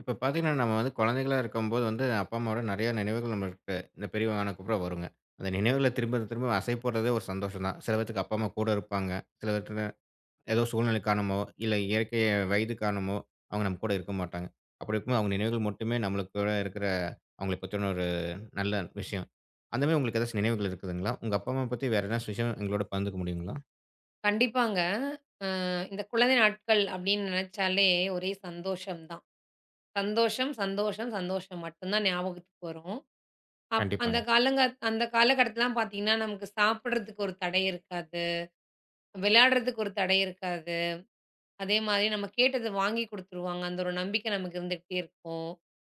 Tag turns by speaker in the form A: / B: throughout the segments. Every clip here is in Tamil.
A: இப்ப பார்த்தீங்கன்னா, நம்ம வந்து குழந்தைகளா இருக்கும்போது வந்து, அப்பா, அம்மாவோட நெறைய நினைவுகள் நம்மளுக்கு இந்த பெரியவங்க ஆனதுக்கப்புறம் வருங்க. அந்த நினைவுகள திரும்ப திரும்ப அசை போடுறதே ஒரு சந்தோஷம் தான். சில பேத்துக்கு அப்பா, அம்மா கூட இருப்பாங்க. சில பேத்துல ஏதோ சூழ்நிலை காரணமோ, இல்ல இயற்கை வயது காரணமோ, அவங்க நம்ம கூட இருக்க மாட்டாங்க. அப்படி இருக்கும்போது அவங்க நினைவுகள் மட்டுமே நம்மளுக்கூட இருக்கிற அவங்கள பத்தின ஒரு நல்ல விஷயம். அந்த மாரி உங்களுக்கு ஏதாச்சும் நினைவுகள் இருக்குதுங்களா? உங்க அப்பா, அம்மா பத்தி வேற ஏதாச்சும் விஷயம் எங்களோட பகிர்ந்துக்க முடியுங்களா?
B: கண்டிப்பாங்க. அ இந்த குழந்தை நாட்கள் அப்படின்னு நினைச்சாலே ஒரே சந்தோஷம் தான். சந்தோஷம், சந்தோஷம், சந்தோஷம் மட்டும் தான் ஞாபகத்துக்கு வரும். அந்த
A: கண்டிப்பாங்க.
B: காலங்க அந்த காலகட்டத்திலலாம் பார்த்தீங்கன்னா, நமக்கு சாப்பிடுறதுக்கு ஒரு தடை இருக்காது. விளையாடுறதுக்கு ஒரு தடை இருக்காது. அதே மாதிரி நம்ம கேட்டது வாங்கி குடுத்துருவாங்க. அந்த ஒரு நம்பிக்கை நமக்கு இருந்துகிட்டே இருக்கும்.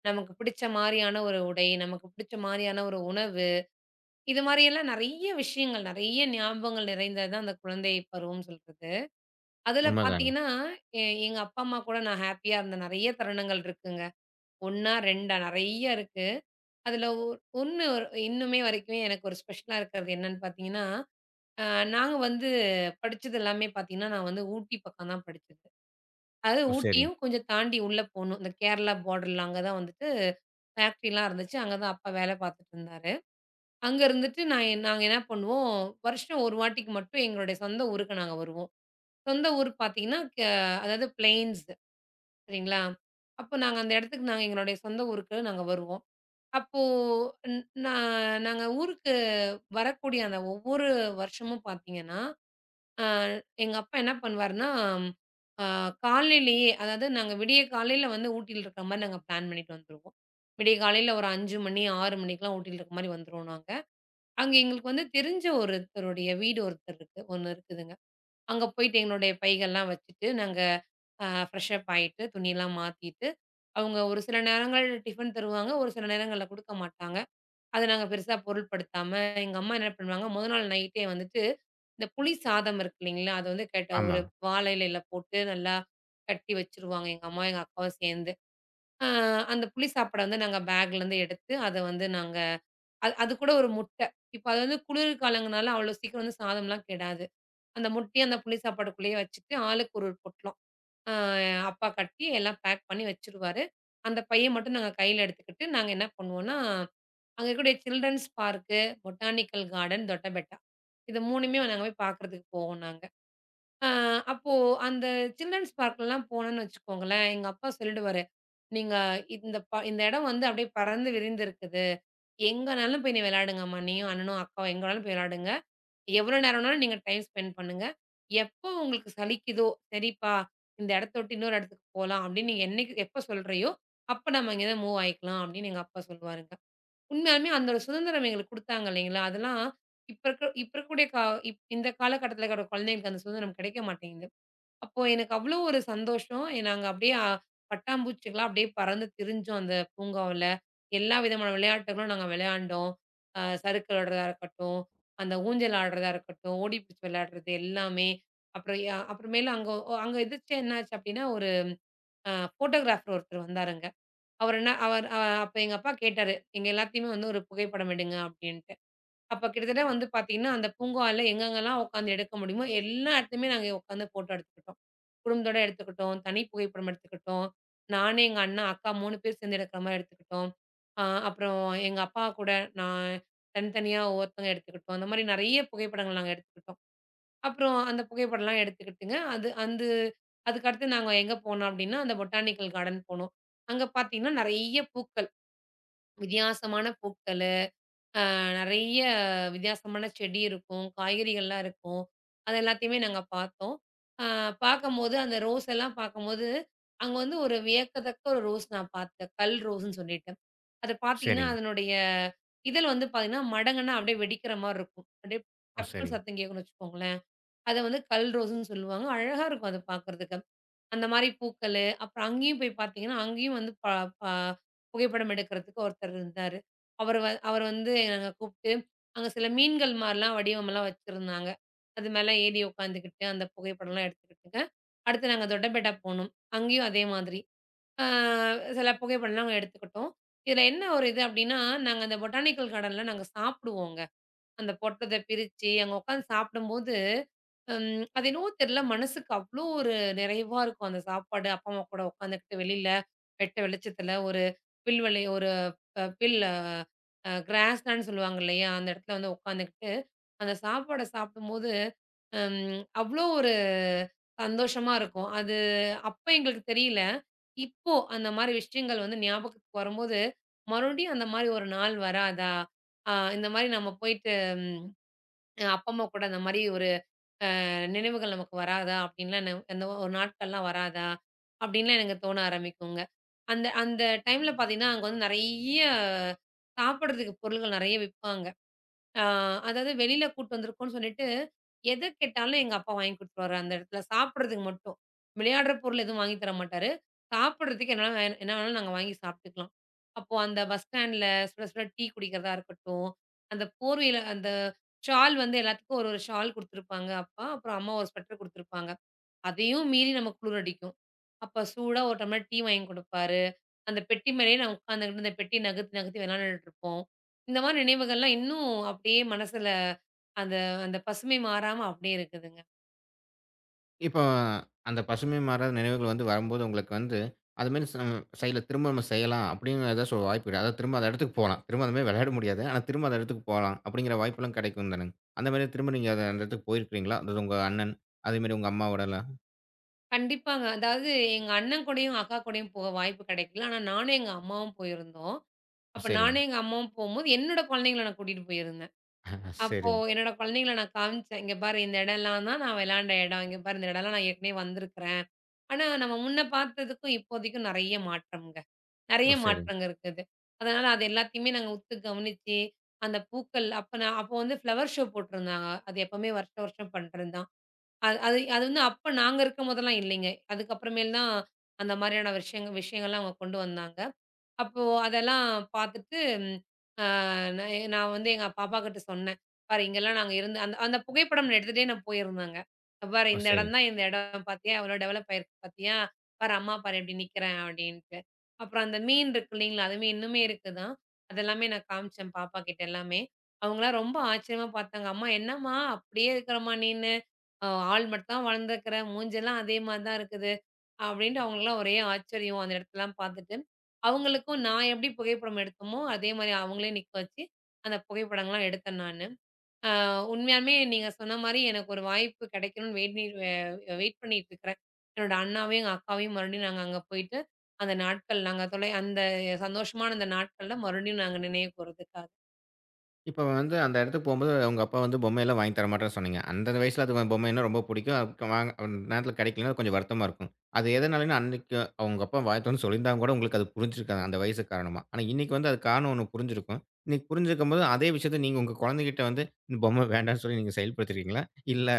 B: நமக்கு பிடிச்ச மாரியான ஒரு உடை, நமக்கு பிடிச்ச மாரியான ஒரு உணவு, இது மாரியெல்லாம் நெறைய விஷயங்கள், நெறைய ஞாபகங்கள் நிறைந்தது தான் அந்த குழந்தை பருவம்னு சொல்றது. அதுல
A: உண்மதாங்க.
B: பாத்தீங்கன்னா, எங்க அப்பா, அம்மா கூட நான் ஹேப்பியா இருந்த நெறைய தருணங்கள் இருக்குங்க. 1ஆ 2ஆ நெறைய இருக்கு. அதுல ஒ 1 இன்னுமே வரைக்குமே எனக்கு ஒரு ஸ்பெஷலா இருக்கிறது என்னன்னு பாத்தீங்கன்னா, அ நாங்க வந்து படிச்சது எல்லாமே பாத்தீங்கன்னா, நான் வந்து ஊட்டி பக்கம் தான் படிச்சது. அது
A: ஓ! சரிங்க.
B: ஊட்டியும் கொஞ்சம் தாண்டி உள்ள போணும். இந்த கேரளா பார்டர்ல அங்க தான் வந்துட்டு ஃபேக்ட்ரிலாம் இருந்துச்சு. அங்க தான் அப்பா வேல பாத்துட்டு இருந்தாரு. அங்க இருந்துட்டு நாங்க என்ன பண்ணுவோம், வருஷம் ஒரு வாட்டிக்கு மட்டும் எங்களுடைய சொந்த ஊருக்கு நாங்க வருவோம். சொந்த ஊர் பாத்தீங்கன்னா, அதாவது பிளெயின்ஸ். சரிங்களா? அப்போ நாங்க அந்த இடத்துக்கு நாங்க எங்களுடைய சொந்த ஊருக்கு நாங்க வருவோம். அப்போ ன் நா நாங்க ஊருக்கு வரக்கூடிய அந்த ஒவ்வொரு வருஷமும் பார்த்தீங்கன்னா, அ எங்க அப்பா என்ன பண்ணுவாருன்னா, அ காலையிலேயே அதாவது நாங்க விடிய காலையில வந்து ஊட்டியில இருக்கிற மாரி நாங்க பிளான் பண்ணிட்டு வந்துருவோம். விடிய காலையில ஒரு 5 மணி, 6 மணிக்கெல்லாம் ஊட்டியில இருக்க மாரி வந்துருவோம் நாங்க. அங்க எங்களுக்கு வந்து தெரிஞ்ச ஒருத்தருடைய வீடு ஒருத்தர் இருக்கு ஒண்ணு இருக்குதுங்க. அங்க போயிட்டு எங்களுடைய பைகள்லாம் வச்சுட்டு நாங்க ஃப்ரெஷ் அப் ஆயிட்டு, துணியெல்லாம் மாத்திட்டு, அவங்க ஒரு சில நேரங்கள் டிஃபன் தருவாங்க. ஒரு சில நேரங்கள்ல குடுக்க மாட்டாங்க. அத நாங்க பெருசா பொருட்படுத்தாம, எங்க அம்மா என்ன பண்ணுவாங்க, மொத நாள் நைட்டே வந்துட்டு, இந்த புளி சாதம் இருக்கு இல்லைங்களா? அது வந்து கேட்ட
A: ஆமா.
B: ஒரு வாழ இலையில போட்டு நல்லா கட்டி வச்சுருவாங்க, எங்க அம்மாவும், எங்க அக்காவும் சேர்ந்து. அ அந்த புளி சாப்பாட வந்து நாங்க பேக்லேருந்து எடுத்து, அத வந்து நாங்க அது அது கூட ஒரு முட்டை. இப்ப அது வந்து குளிர் காலங்கனால அவ்வளோ சீக்கிரம் வந்து சாதம்லாம் கெடாது. அந்த முட்டைய அந்த புளி சாப்பாட்டுக்குள்ளேயே வச்சுட்டு, ஆளுக்கு ஒரு ஒரு பொட்டலம். அ அப்பா கட்டி எல்லாம் பேக் பண்ணி வச்சுருவாரு. அந்த பைய மட்டும் நாங்க கையில எடுத்துக்கிட்டு, நாங்க என்ன பண்ணுவோம்னா, அங்க இருக்கக்கூடிய children's park, botanical garden, Doddabetta. இது 3மே நாங்க போய் பார்க்குறதுக்கு போவோம் நாங்க. அ அப்போ அந்த சில்ட்ரன்ஸ் பார்க்லலாம் போனோம்னு வச்சுக்கோங்களேன், எங்க அப்பா சொல்லிடுவாரு, "நீங்க இந்த இடம் வந்து அப்படியே பறந்து விரிந்திருக்குது. எங்கனாலும் போய் நீ விளையாடுங்கம்மா. நீயும் அண்ணனும் அக்காவும் எங்க வேணாலும் போய் விளையாடுங்க. எவ்வளோ நேரம்னாலும் நீங்க டைம் ஸ்பெண்ட் பண்ணுங்க. எப்போ உங்களுக்கு சலிக்குதோ, சரிப்பா, இந்த இடத்த விட்டு இன்னொரு இடத்துக்கு போலாம்." அப்படின்னு நீங்க என்னைக்கு எப்ப சொல்றியோ, அப்ப நம்ம இங்கேருந்து மூவ் ஆயிக்கலாம் அப்படின்னு எங்க அப்பா சொல்லுவாருங்க. உண்மையாலுமே அந்த ஒரு சுதந்திரம் எங்களுக்கு குடுத்தாங்க இல்லைங்களா? அதெல்லாம் இப்ப இருக்கக்கூடிய கா இந்த காலகட்டத்தில இருக்கிற குழந்தைங்களுக்கு அந்த சுதந்திரம் கிடைக்க மாட்டேங்குது. அப்போ எனக்கு அவ்வளோ ஒரு சந்தோஷம். ஏ, நாங்க அப்படியே பட்டாம்பூச்சிகளா அப்படியே பறந்து திரிஞ்சோம் அந்த பூங்காவுல. எல்லா விதமான விளையாட்டுகளும் நாங்க விளையாண்டோம். சறுக்கு விளையாடுறதா இருக்கட்டும், அந்த ஊஞ்சல் ஆடுறதா இருக்கட்டும், ஓடிப்புடிச்சு விளையாடுறது எல்லாமே. அப்புறம் ய அப்புறமேலு அங்க அங்க எதிர்ச்சியா என்னாச்சு அப்படின்னா, ஒரு அ ஃபோட்டோகிராஃபர் ஒருத்தர் வந்தாருங்க. அவர் என்ன அவர் அ அப்ப எங்க அப்பா கேட்டாரு, "எங்க எல்லாத்தையுமே வந்து ஒரு புகைப்படம் எடுங்க" அப்படின்ட்டு. அப்ப கிட்டத்தட்ட வந்து பார்த்தீங்கன்னா, அந்த பூங்கால எங்கெங்கலாம் உட்காந்து எடுக்க முடியுமோ, எல்லா இடத்துலயுமே நாங்க உட்காந்து ஃபோட்டோ எடுத்துக்கிட்டோம். குடும்பத்தோட எடுத்துக்கிட்டோம், தனி புகைப்படம் எடுத்துக்கிட்டோம். நானு, எங்க அண்ணா, அக்கா 3 பேர் சேர்ந்து எடுக்கிற மாரி எடுத்துக்கிட்டோம். அப்புறம் எங்க அப்பா கூட நான் தனித்தனியா ஒவ்வொருத்தவங்க எடுத்துக்கிட்டோம். அந்த மாரி நெறைய புகைப்படங்கள் நாங்க எடுத்துக்கிட்டோம். அப்புறம் அந்த புகைப்படம்லாம் எடுத்துக்கிட்டுங்க, அது அந்த அதுக்கடுத்து நாங்க எங்க போனோம் அப்டின்னா, அந்த பொட்டானிக்கல் கார்டன் போனோம். அங்க பார்த்தீங்கன்னா, நெறைய பூக்கள், வித்தியாசமான பூக்கள். நிறைய வித்தியாசமான செடி இருக்கும், காய்கறிகள்லாம் இருக்கும். அது எல்லாத்தையுமே நாங்க பார்த்தோம். அ பார்க்கும்போது அந்த ரோஸ் எல்லாம் பார்க்கும்போது, அங்க வந்து ஒரு வியக்கத்தக்க ஒரு ரோஸ் நான் பார்த்தேன். கல் ரோஸ்ன்னு சொல்லிட்டு. அத பார்த்தீங்கன்னா,
A: சரிங்க.
B: அதனுடைய இதழ் வந்து பார்த்தீங்கன்னா, மடங்குனா அப்படியே வெடிக்கிற மாரி இருக்கும். அப்படியே
A: ஓ!
B: டப்புன்னு
A: சரிங்க.
B: சத்தம் கேட்கும்னு வச்சுக்கோங்களேன். அத வந்து கல் ரோஸ்ன்னு சொல்லுவாங்க. அழகா இருக்கும் அத பார்க்கறதுக்கு. அந்த மாரி பூக்களு, அப்புறம் அங்கேயும் போய் பார்த்தீங்கன்னா, அங்கேயும் வந்து ப ப புகைப்படம் எடுக்கிறதுக்கு ஒருத்தர் இருந்தாரு. அவர வந்து நாங்க கூப்ட்டு, அங்க சில மீன்கள் மாரிலாம் வடிவமெல்லாம் வச்சிருந்தாங்க. அது மேல ஏறி உட்காந்துக்கிட்டு, அந்த புகைப்படம்லாம் எடுத்துக்கிட்டுங்க. அடுத்து நாங்க தொட்டபேட்டா போனோம். அங்கேயும் அதே மாதிரி. ஆ சில புகைப்படம்லாம் நாங்க எடுத்துக்கிட்டோம். இதுல என்ன ஒரு இது அப்டின்னா, நாங்க அந்த பொட்டானிக்கல் கார்டன்ல நாங்க சாப்பிடுவோங்க. அந்த பொட்டத்த பிரிச்சு, அங்க உட்காந்து சாப்பிடும்போது. ம். அது என்னவோ தெரியல. மனசுக்கு அவ்ளோ ஒரு நிறைவா இருக்கும் அந்த சாப்பாடு. அப்பா, அம்மா கூட உட்காந்துக்கிட்டு வெளியில வெட்ட வெளிச்சத்துல ஒரு புல்வெளி ஒரு அ பில் அ கிராஸ்லேண்ட் சொல்லுவாங்க இல்லையா? அந்த இடத்துல வந்து உட்காந்துக்கிட்டு, அந்த சாப்பாட சாப்பிடும்போது, அவ்ளோ ஒரு சந்தோஷமா இருக்கும். அது அப்ப எங்களுக்கு தெரியல. இப்போ அந்த மாரி விஷயங்கள் வந்து ஞாபகத்துக்கு வரும்போது, மறுபடியும் அந்த மாரி ஒரு நாள் வராதா? அ இந்த மாரி நம்ம போயிட்டு ம் அப்பா, அம்மா கூட அந்த மாரி ஒரு நினைவுகள் நமக்கு வராதா? அப்படின்லாம் அந்த ஒரு நாட்கள்லாம் வராதா? அப்படின்லாம் எனக்கு தோண ஆரம்பிக்குங்க. அந்த அந்த டைம்ல பார்த்தீங்கன்னா, அங்க வந்து நெறைய சாப்பிடுறதுக்கு பொருள்கள் நெறைய விப்பாங்க. ஆ அதாவது வெளியில கூட்டு வந்திருக்கோம்ன்னு சொல்லிட்டு, எத கேட்டாலும் எங்க அப்பா வாங்கி குடுத்துருவாரு அந்த இடத்துல. சாப்பிடுறதுக்கு மட்டும். விளையாடுற பொருள் எதுவும் வாங்கி தர மாட்டாரு. சாப்பிடுறதுக்கு என்ன வேணா என்ன வேணாலும் நாங்க வாங்கி சாப்பிட்டுக்கலாம். அப்போ அந்த பஸ் ஸ்டாண்ட்ல சுட சுட டீ குடிக்கிறதா இருக்கட்டும், அந்த போர்வையில அந்த ஷால் வந்து எல்லாத்துக்கும் ஒரு ஒரு ஷால் குடுத்துருப்பாங்க அப்பா. அப்புறம் அம்மா ஒரு ஸ்வெட்டர் குடுத்துருப்பாங்க. அதையும் மீறி நமக்கு குளிர் அடிக்கும். அப்ப சூடா ஒரு டம்ளர் டீ வாங்கி குடுப்பாரு. அந்த பெட்டி மேலேயே நான் உட்காந்துக்கிட்டு அந்த பெட்டி நகர்த்தி நகர்த்தி விளையாண்டுட்டு இருப்போம். இந்த மாரி நினைவுகள்லாம் இன்னும் அப்படியே மனசுல அந்த அந்த பசுமை மாறாம அப்படியே இருக்குதுங்க.
A: இப்போ அந்த பசுமை மாறாத நினைவுகள் வந்து வரும்போது உங்களுக்கு வந்து, அதுமாரி செயல திரும்ப நம்ம செய்யலாம் அப்படிங்கிற ஏதாச்சும் ஒரு வாய்ப்பு கிடை அதாவது திரும்ப அந்த இடத்துக்கு போலாம். திரும்ப அதுமாரி விளையாட முடியாது. ஆனா, திரும்ப அந்த இடத்துக்கு போலாம் அப்படிங்கிற வாய்ப்பெல்லாம் கிடைக்கும் தானங்க. அந்த மாரி திரும்ப நீங்க அந்த அந்த இடத்துக்கு போயிருக்கிறீங்களா? அதாவது உங்க அண்ணன், அதேமாரி உங்க அம்மாவோடலாம்?
B: கண்டிப்பாங்க. அதாவது எங்க அண்ணன் கூடயும், அக்கா கூடயும் போக வாய்ப்பு கிடைக்கல. ஆனா நானும் எங்க அம்மாவும் போயிருந்தோம். அப்ப
A: சரிங்க.
B: நானும் எங்க அம்மாவும் போம்போது என்னோட குழந்தைங்கள நான் கூட்டிட்டு போயிருந்தேன். அப்போ
A: சரிங்க.
B: என்னோட குழந்தைங்கள நான் காமிச்சேன். "இங்க பாரு இந்த இடம்லாம் தான் நான் விளையாண்ட இடம். இங்க பாரு இந்த இடம்லாம் நான் ஏற்கனவே வந்திருக்கிறேன்." ஆனா நம்ம முன்ன பார்த்ததுக்கும் இப்போதைக்கும் நெறைய மாற்றம்ங்க. நெறைய
A: ஓ! சரிங்க.
B: மாற்றங்க இருக்குது. அதனால அது எல்லாத்தையுமே நாங்க உத்து கவனிச்சு, அந்த பூக்கள் அப்ப நான் அப்போ வந்து ஃப்ளவர் ஷோ போட்டிருந்தாங்க. அது எப்பவுமே வருஷம் வருஷம் பண்றது தான். அது அது அது வந்து அப்ப நாங்க இருக்கும் போதெல்லாம் இல்லைங்க. அதுக்கப்புறமேல் தான் அந்த மாரியான விஷயங்கள்லாம் அவங்க கொண்டு வந்தாங்க. அப்போ அதெல்லாம் பார்த்துட்டு, ம் அ நான் வந்து எங்க பாப்பாகிட்ட சொன்னேன். "பாரு இங்கலாம் நாங்க இருந்து" அந்த அந்த புகைப்படம் நான் எடுத்துட்டே நான் போயிருந்தேங்க. "இங்க பாரு
A: ஓ!
B: இந்த
A: சரிங்க. ஓ!
B: இடம் தான்
A: சரி.
B: இந்த இடம் பார்த்தியா? எவ்ளோ டெவலப் ஆயிருக்கு பார்த்தியா? பாரு அம்மா பாரு எப்டி நிக்கிறேன்" அப்டின்ட்டு. அப்புறம் அந்த மீன் இருக்கு இல்லைங்களா? அதுவுமே இன்னுமே இருக்குதான். அதெல்லாமே நான் காமிச்சேன் பாப்பா கிட்ட எல்லாமே. அவங்கலாம் ரொம்ப ஆச்சரியமா பார்த்தாங்க. "அம்மா என்னம்மா அப்டியே இருக்கிறம்மா நீனு? அ ஆள் மட்டும் தான் வளர்ந்துருக்குற. மூஞ்செல்லாம் அதே மாரி தான் இருக்குது" அப்டின்ட்டு அவங்களுக்குலாம் ஒரே ஆச்சரியம் அந்த இடத்தலாம் பார்த்துட்டு. அவங்களுக்கும் நான் எப்படி புகைப்படம் எடுத்தோமோ, அதே மாரி அவங்களையும் நிக்க வச்சு, அந்த புகைப்படங்கள்லாம் எடுத்தேன் நானு. அ உண்மையாலுமே நீங்க சொன்ன மாரி எனக்கு ஒரு வாய்ப்பு கிடைக்கணும்னு வெயிட் நீட் வெ வெயிட் பண்ணிட்டு இருக்கிறேன். என்னோட அண்ணாவையும், எங்க அக்காவையும் மறுபடியும் நாங்க அங்க போயிட்டு, அந்த நாட்கள் நாங்க தொலை அந்த சந்தோஷமான அந்த நாட்கள்ல மறுபடியும் நாங்க நினைவு கூர்றதுக்காக.
A: இப்ப வந்து அந்த இடத்துக்கு போம்போது, உங்க அப்பா வந்து பொம்மையெல்லாம் வாங்கி தரமாட்டேன்னு சொன்னீங்க. அந்த வயசுல அது பொம்மைன்னா ரொம்ப புடிக்கும். அதுக்கு வாங்க அந்த நேரத்தில கிடைக்கலன்னா கொஞ்சம் வருத்தமா இருக்கும். அது எதனாலன்னு அன்னைக்கு அவங்க அப்பா வாங்கி தரேன்னு சொல்லியிருந்தா கூட உங்களுக்கு அது புரிஞ்சிருக்காது அந்த வயசு காரணமா. ஆனா இன்னைக்கு வந்து அது காரணம் ஒண்ணு புரிஞ்சிருக்கும். இன்னைக்கு புரிஞ்சிருக்கும்போது அதே விஷயத்த நீங்க உங்க குழந்தைகிட்ட வந்து இந்த பொம்மை வேண்டான்னு சொல்லி நீங்க செயல்படுத்திருக்கீங்களா? இல்ல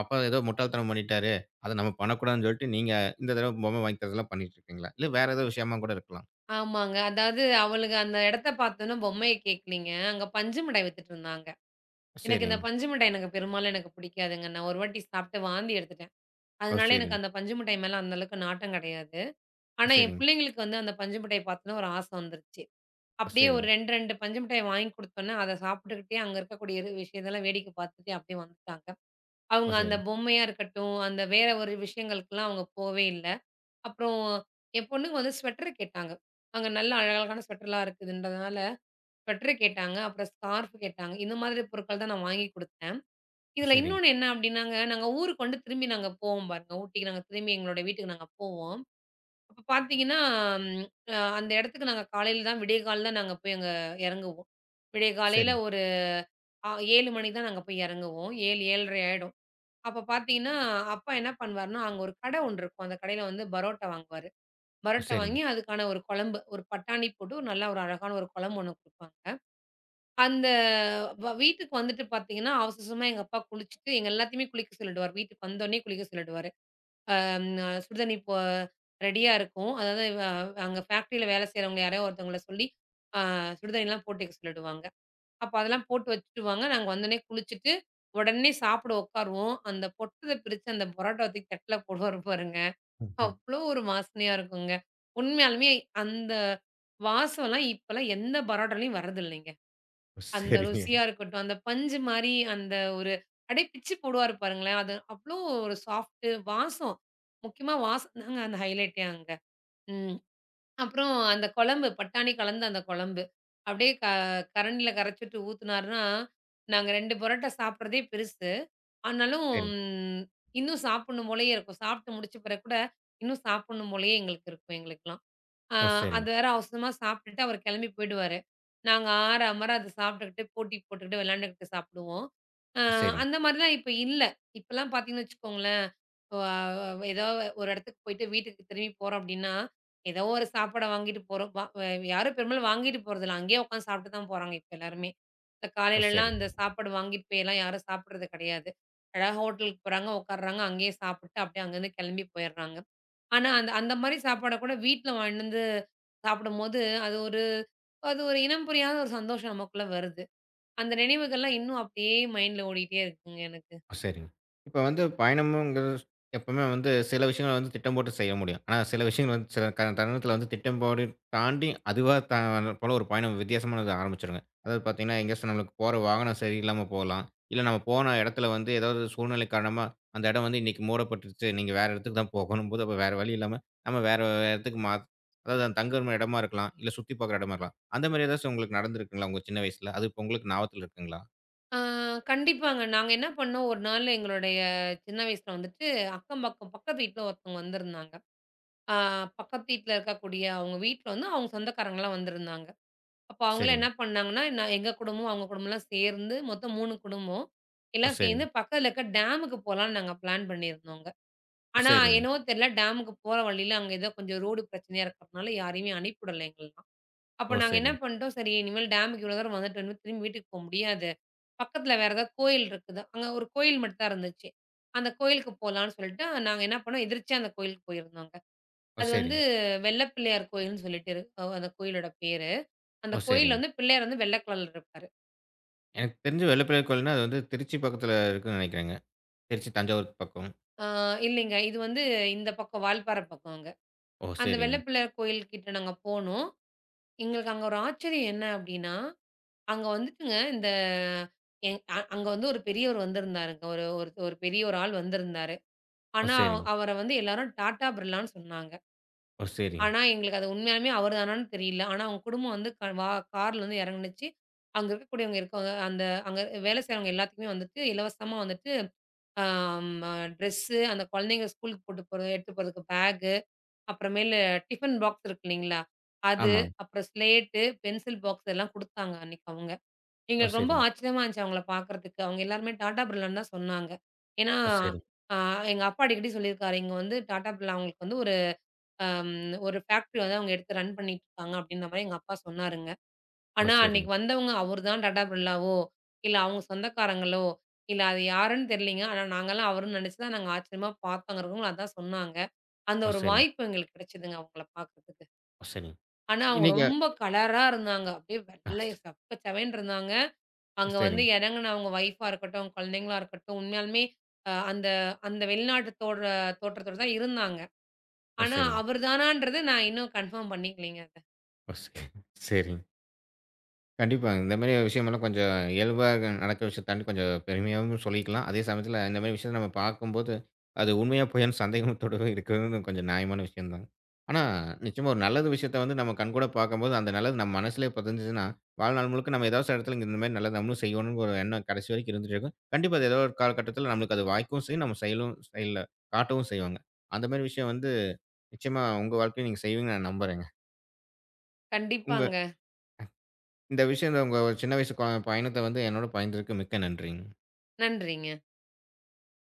A: அப்பா ஏதோ முட்டாள்தனம் பண்ணிட்டாரு. அத நம்ம பண்ணக்கூடாதுன்னு சொல்லிட்டு நீங்க இந்த தடவ பொம்மை வாங்கி தரதெல்லாம் பண்ணிட்டு இருக்கீங்களா? இல்ல வேற ஏதோ விஷயமா கூட இருக்கலாம்.
B: ஆமாங்க. அதாவது அவளுக அந்த இடத்த பார்த்தோன்னே பொம்மைய கேட்கலீங்க. அங்க பஞ்சு மிட்டாய் வித்துட்டு இருந்தாங்க. எனக்கு இந்த
A: சரிங்க.
B: பஞ்சு மிட்டாய் எனக்கு பெரும்பாலும் எனக்கு பிடிக்காதுங்க. நான் ஒரு வாட்டி சாப்பிட்டு வாந்தி எடுத்துட்டேன்.
A: ஓ!
B: அதனால எனக்கு
A: சரிங்க.
B: அந்த பஞ்சு மிட்டாய் மேல அந்த அளவுக்கு நாட்டம் கிடையாது.
A: ஓ!
B: ஆனா, என்
A: சரிங்க.
B: பிள்ளைங்களுக்கு வந்து அந்த பஞ்சு மிட்டாய் பார்த்தோனே ஒரு ஆசை வந்துருச்சு.
A: ஓ!
B: அப்படியே ஒரு
A: சரிங்க.
B: 2, 2 பஞ்சு மிட்டாய் வாங்கி குடுத்தோனே, அத சாப்பிட்டுக்கிட்டே அங்க இருக்கக்கூடிய இது விஷயத்தெல்லாம் வேடிக்கை பார்த்துட்டே அப்படியே வந்துட்டாங்க.
A: ஓ! சரிங்க. ஓ!
B: அவங்க அந்த
A: சரிங்க.
B: பொம்மையா இருக்கட்டும், அந்த வேற ஒரு விஷயங்களுக்கெல்லாம் அவங்க போவே இல்ல. அப்புறம் என் பொண்ணுங்க வந்து ஸ்வெட்டர் கேட்டாங்க. அங்க நல்ல அழகழகான ஸ்வெட்டர்லாம் இருக்குதுன்றதுனால ஸ்வெட்டர் கேட்டாங்க. அப்புறம் ஸ்கார்ஃப் கேட்டாங்க. இந்த மாதிரி பொருட்கள் தான் நான் வாங்கி குடுத்தேன்.
A: ஓ!
B: இதுல
A: சரிங்க.
B: இன்னொன்னு என்ன அப்டின்னாங்க, நாங்க ஊருக்கு வந்து திரும்பி நாங்க போவோம் பாருங்க. ஊட்டிக்கு நாங்க திரும்பி எங்களோட வீட்டுக்கு நாங்க போவோம். அப்ப பார்த்தீங்கன்னா, ம் அ அந்த இடத்துக்கு நாங்க காலையில தான் விடியகாலைல தான் நாங்க போய் அங்க இறங்குவோம். விடிய காலையில
A: சரிங்க.
B: ஒரு அ 7 மணிக்கு தான் நாங்க போய் இறங்குவோம். 7, 7:30 ஆயிடும். அப்ப பார்த்தீங்கன்னா, அப்பா என்ன பண்ணுவாருன்னா, அங்க ஒரு கடை ஒண்ணு இருக்கும். அந்த கடையில வந்து பரோட்டா வாங்குவாரு.
A: ஓ!
B: பரோட்டா
A: சரிங்க.
B: வாங்கி அதுக்கான ஒரு குழம்பு, ஒரு பட்டாணி போட்டு ஒரு நல்ல ஒரு அழகான ஒரு குழம்பு ஒண்ணு குடுப்பாங்க. அந்த வீட்டுக்கு வந்துட்டு பார்த்தீங்கன்னா, அவசர அவசரமா எங்க அப்பா குளிச்சுட்டு, எங்க எல்லாத்தையுமே குளிக்க சொல்லிடுவாரு. வீட்டுக்கு வந்தோனே குளிக்க சொல்லிடுவாரு. அம் அ சுடுதண்ணி இப்போ ரெடியா இருக்கும். அதாவது அங்க ஃபேக்ட்ரியில வேலை செய்றவங்க யாரையோ ஒருத்தவங்கள சொல்லி, அ சுடுதண்ணிலாம் போட்டு வைக்க சொல்லிடுவாங்க. அப்போ அதெல்லாம் போட்டு வச்சுடுவாங்க. நாங்க வந்தோனே குளிச்சுட்டு, உடனே சாப்பிட உட்காருவோம். அந்த பொட்டத்த பிரிச்சு அந்த பரோட்டா தூக்கி தட்டுல போடுவாரு பாருங்க.
A: ம்ஹ்ம்.
B: அவ்ளோ ஒரு வாசனையா இருக்குங்க. உண்மையாலுமே அந்த வாசம்லாம் இப்பலாம் எந்த பரோட்டாலயும் வரதில்லைங்க.
A: ஓ!
B: அந்த
A: சரிங்க.
B: ருசியா இருக்கட்டும். அந்த பஞ்சு மாரி அந்த ஒரு அப்படியே பிச்சு போடுவாரு பாருங்களேன். அது அவ்ளோ ஒரு சாஃப்ட்டு வாசம். முக்கியமா வாசம் தாங்க அந்த ஹைலைட்டே அங்க. ம். அப்புறம் அந்த குழம்பு, பட்டாணி கலந்த அந்த குழம்பு. அப்படியே கரண்டில கரைச்சுட்டு ஊத்துனாருன்னா, நாங்க 2 பரோட்டா சாப்பிடுறதே பெருசு. ஆனாலும்
A: சரிங்க.
B: ம், இன்னும் சாப்பிடணும் போலயே இருக்கும். சாப்பிட்டு முடிச்ச பிறகு கூட, இன்னும் சாப்பிடணும் போலயே எங்களுக்கு இருக்கும் எங்களுக்கெல்லாம். ஆ
A: ஓ!
B: அது
A: சரிங்க.
B: வேற அவசரமா சாப்பிட்டுட்டு அவர் கிளம்பி போயிடுவாரு. நாங்க ஆற, அமர அத சாப்பிட்டுக்கிட்டு, போட்டி போட்டுக்கிட்டு, விளையாண்டுக்கிட்டு சாப்பிடுவோம். அ
A: ஓ! சரிங்க.
B: அந்த மாரிலாம் இப்ப இல்ல. இப்பலாம் பார்த்தீங்கன்னு வச்சுக்கோங்களேன், வ வ ஏதோ ஒரு இடத்துக்கு போயிட்டு வீட்டுக்கு திரும்பி போறோம் அப்டின்னா, ஏதோ ஒரு சாப்பாட வாங்கிட்டு போறோம். வ வ யாரும் பெரும்பாலும் வாங்கிட்டு போறதில்ல. அங்கேயே உட்காந்து சாப்பிட்டு தான் போறாங்க இப்ப எல்லாருமே. இந்த
A: ஓ!
B: காலையிலலாம் இந்த
A: சரிங்க.
B: சாப்பாடு வாங்கிட்டு போய்லாம் யாரும் சாப்பிடுறது கிடையாது. அழகா ஹோட்டலுக்கு போறாங்க, உட்கார்றாங்க, அங்கேயே சாப்பிட்டு அப்டியே அங்கேருந்து கிளம்பி போயிடுறாங்க. ஆனா, அந்த அந்த மாரி சாப்பாட கூட வீட்ல வாங்கிட்டு வந்து சாப்பிடும்போது, அது ஒரு அது ஒரு இனம் புரியாத ஒரு சந்தோஷம் நமக்குள்ள வருது. அந்த நினைவுகள்லாம் இன்னும் அப்படியே மைண்ட்ல ஓடிட்டே இருக்குங்க எனக்கு.
A: சரிங்க. இப்ப வந்து பயணம்ங்கிறது எப்பவுமே வந்து சில விஷயங்கள வந்து திட்டம் போட்டு செய்ய முடியும். ஆனா சில விஷயங்கள் வந்து சில க தருணத்தில வந்து திட்டம் போடு தாண்டி அதுவா போல ஒரு பயணம் வித்தியாசமானது ஆரம்பிச்சுருங்க. அதாவது பார்த்தீங்கன்னா, எங்கேயாச்சும் நம்மளுக்கு போற வாகனம் சரியில்லாம போகலாம். இல்ல நம்ம போன இடத்துல வந்து ஏதாவது சூழ்நிலை காரணமா அந்த இடம் வந்து இன்னைக்கு மூடப்பட்டுருச்சு. நீங்க வேற இடத்துக்கு தான் போகணும்போது, அப்ப வேற வழி இல்லாம நம்ம வேற இடத்துக்கு மா அதாவது அந்த தங்குற இடமா இருக்கலாம். இல்ல சுத்தி பார்க்குற இடமா இருக்கலாம். அந்த மாரி ஏதாச்சும் உங்களுக்கு நடந்திருக்குங்களா? உங்க சின்ன வயசுல? அது இப்ப உங்களுக்கு ஞாபகத்துல இருக்குங்களா?
B: ஆ கண்டிப்பாங்க. நாங்க என்ன பண்ணோம், ஒரு நாள் எங்களுடைய சின்ன வயசுல வந்துட்டு அக்கம் பக்கம் பக்கத்து வீட்ல ஒருத்தவங்க வந்திருந்தாங்க. ஆ பக்கத்து வீட்ல இருக்கக்கூடிய அவங்க வீட்ல வந்து அவங்க சொந்தக்காரங்கலாம் வந்திருந்தாங்க. அப்ப அவங்கலாம்
A: சரிங்க.
B: என்ன பண்ணாங்கன்னா, நான் எங்க குடும்பம், அவங்க குடும்பம்லாம் சேர்ந்து மொத்தம் 3 குடும்பம்.
A: ஓ!
B: எல்லாம் சேர்ந்து
A: சரிங்க.
B: பக்கத்துல இருக்க டேமுக்கு போலான்னு நாங்க பிளான் பண்ணியிருந்தோங்க.
A: ஓ!
B: ஆனா,
A: சரிங்க.
B: என்னவோ தெரியல டேமுக்கு போற வழியில அங்க ஏதோ கொஞ்சம் ரோடு பிரச்சனையா இருக்கிறதுனால யாரையுமே அனுப்பிவிடல எங்களலாம். அப்ப
A: ஓ!
B: நாங்க என்ன
A: சரிங்க.
B: பண்ணிட்டோம், சரி இனிமேல் டேமுக்கு இவ்வளோ தூரம் வந்துட்டோம்னு திரும்பி வீட்டுக்கு போ முடியாது. பக்கத்துல வேற ஏதாவது கோயில் இருக்குது. அங்க ஒரு கோயில் மட்டும் தான் இருந்துச்சு. அந்த கோயிலுக்கு போலான்னு சொல்லிட்டு நாங்க என்ன பண்ணோம், எதிர்ச்சியா அந்த கோயிலுக்கு போயிருந்தோங்க.
A: ஓ!
B: அது வந்து
A: சரிங்க.
B: வெள்ள பிள்ளையார் கோயில்னு சொல்லிட்டு இரு அ அந்த கோயிலோட பேரு. அந்த
A: ஓ!
B: கோயில்ல
A: சரிங்க.
B: வந்து பிள்ளையார் வந்து வெள்ள கலர்ல இருப்பாரு.
A: எனக்கு தெரிஞ்சு வெள்ளப்பிள்ளை கோயில்னா, அது வந்து திருச்சி பக்கத்தில இருக்குன்னு நினைக்கிறேங்க. திருச்சி, தஞ்சாவூர் பக்கம்.
B: ஆ இல்லைங்க. இது வந்து இந்த பக்கம் வால்பாறை பக்கம்ங்க.
A: ஓ!
B: அந்த வெள்ள
A: சரிங்க.
B: பிள்ளையார் கோயில் கிட்ட நாங்க போனோம். எங்களுக்கு அங்க ஒரு ஆச்சரியம் என்ன அப்டின்னா அங்க வந்துட்டுங்க, இந்த எங் அ அங்க வந்து ஒரு பெரியவர் வந்திருந்தாருங்க. ஒரு ஒரு ஒரு பெரிய ஒரு ஆள் வந்திருந்தாரு.
A: ஓ!
B: ஆனா,
A: சரிங்க.
B: அவர வந்து எல்லாரும் டாடா பிர்லான்னு சொன்னாங்க.
A: ஓ! சரிங்க.
B: ஆனா, எங்களுக்கு அது உண்மையாலுமே அவரு தானான்னு தெரியல. ஆனா, அவங்க குடும்பம் வந்து க வா கார்லருந்து இறங்குனுச்சு. அங்க இருக்கக்கூடியவங்க இருக்கவங்க அந்த அங்க வேலை செய்றவங்க எல்லாத்துக்குமே வந்துட்டு இலவசமா வந்துட்டு, ஆம் அ ட்ரெஸ்ஸு, அந்த குழந்தைங்க ஸ்கூலுக்கு போட்டு போறது எடுத்துட்டு போறதுக்கு பேகு, அப்புறமேலு டிஃபன் பாக்ஸ் இருக்கு இல்லைங்களா? அது,
A: ஆமாங்க.
B: அப்புறம் ஸ்லேட்டு, பென்சில் பாக்ஸ் இதெல்லாம் குடுத்தாங்க அன்னைக்கு அவங்க.
A: ஓ!
B: எங்களுக்கு ரொம்ப
A: சரிங்க.
B: ஆச்சரியமா இருந்துச்சு அவங்கள பார்க்கறதுக்கு. அவங்க எல்லாருமே டாடா பிர்லான்னு தான் சொன்னாங்க. ஏன்னா,
A: ஓ! சரி.
B: அ எங்க அப்பா அடிக்கடி சொல்லியிருக்காரு. இங்க வந்து டாடா பிர்லா அவங்களுக்கு வந்து ஒரு அம் ஒரு ஃபேக்டரி வந்து அவங்க எடுத்து ரன் பண்ணிட்டுருக்காங்க அப்படின்ற மாரி எங்க அப்பா சொன்னாருங்க.
A: ஓ!
B: ஆனா அன்னைக்கு
A: சரிங்க.
B: வந்தவங்க அவரு தான் டாடா பிர்லாவோ, இல்ல அவங்க சொந்தக்காரங்களோ, இல்ல அது யாருன்னு தெரியலங்க. ஆனா நாங்கலாம் அவருன்னு நினைச்சு தான் நாங்க ஆச்சரியமா பார்த்தோம். அங்க இருக்கவங்களும் அதான் சொன்னாங்க. அந்த
A: ஓ!
B: ஒரு
A: சரிங்க.
B: வாய்ப்பு எங்களுக்கு கிடைச்சதுங்க அவங்கள பார்க்கறதுக்கு.
A: ஓ! சரிங்க.
B: ஆனா அவங்க
A: இன்னைக்கு
B: ரொம்ப கலரா இருந்தாங்க. அப்படியே வெள்ளை சப்ப செவேன்னு இருந்தாங்க. அங்க வந்து
A: சரிங்க.
B: இறங்குனவங்க ஒய்ஃபா இருக்கட்டும், குழந்தைங்களா இருக்கட்டும், உண்மையாலுமே அ அந்த அந்த வெளிநாட்டு தோற்றத்தோட தான் இருந்தாங்க.
A: ஓ!
B: ஆனா,
A: சரிங்க.
B: அவர் தானான்றது நான் இன்னும் கன்ஃபார்ம் பண்ணிக்கலைங்க அத.
A: ஓ! சரி சரிங்க. கண்டிப்பாங்க. இந்த மாரி விஷயமெல்லாம் கொஞ்சம் இயல்பா நடக்கிற விஷயத்த தாண்டி கொஞ்சம் பெருமையாவும் சொல்லிக்கலாம். அதே சமயத்தில இந்த மாரி விஷயத்த நம்ம பார்க்கும்போது, அது உண்மையா பொய்யான்னு சந்தேகத்தோடவே இருக்கிறது கொஞ்சம் நியாயமான விஷயம் தான். ஆனா, நிச்சயமா ஒரு நல்லது விஷயத்த வந்து நம்ம கண்கூட பார்க்கும்போது, அந்த நல்லது நம்ம மனசுலயே பதிஞ்சுச்சுன்னா, வாழ்நாள் முழுக்க நம்ம ஏதாவது சில இடத்துல இந்த மாரி நல்லது நம்மளும் செய்யணும்னு ஒரு எண்ணம் கடைசி வரைக்கும் இருந்துட்டு இருக்கும். கண்டிப்பா அது ஏதோ ஒரு காலகட்டத்தில நம்மளுக்கு அது வாய்க்கவும் செய்யும். நம்ம செயலும் செயல்ல காட்டவும் செய்வாங்க. அந்த மாரி விஷயம் வந்து நிச்சயமா உங்க வாழ்க்கையில நீங்க செய்வீங்கன்னு நான் நம்புறேங்க. உங்க
B: கண்டிப்பாங்க.
A: இந்த விஷயம் உங்க சின்ன வயசு கொ பயணத்த வந்து என்னோட பகிர்ந்ததுக்கு மிக்க நன்றிங்க.
B: நன்றிங்க.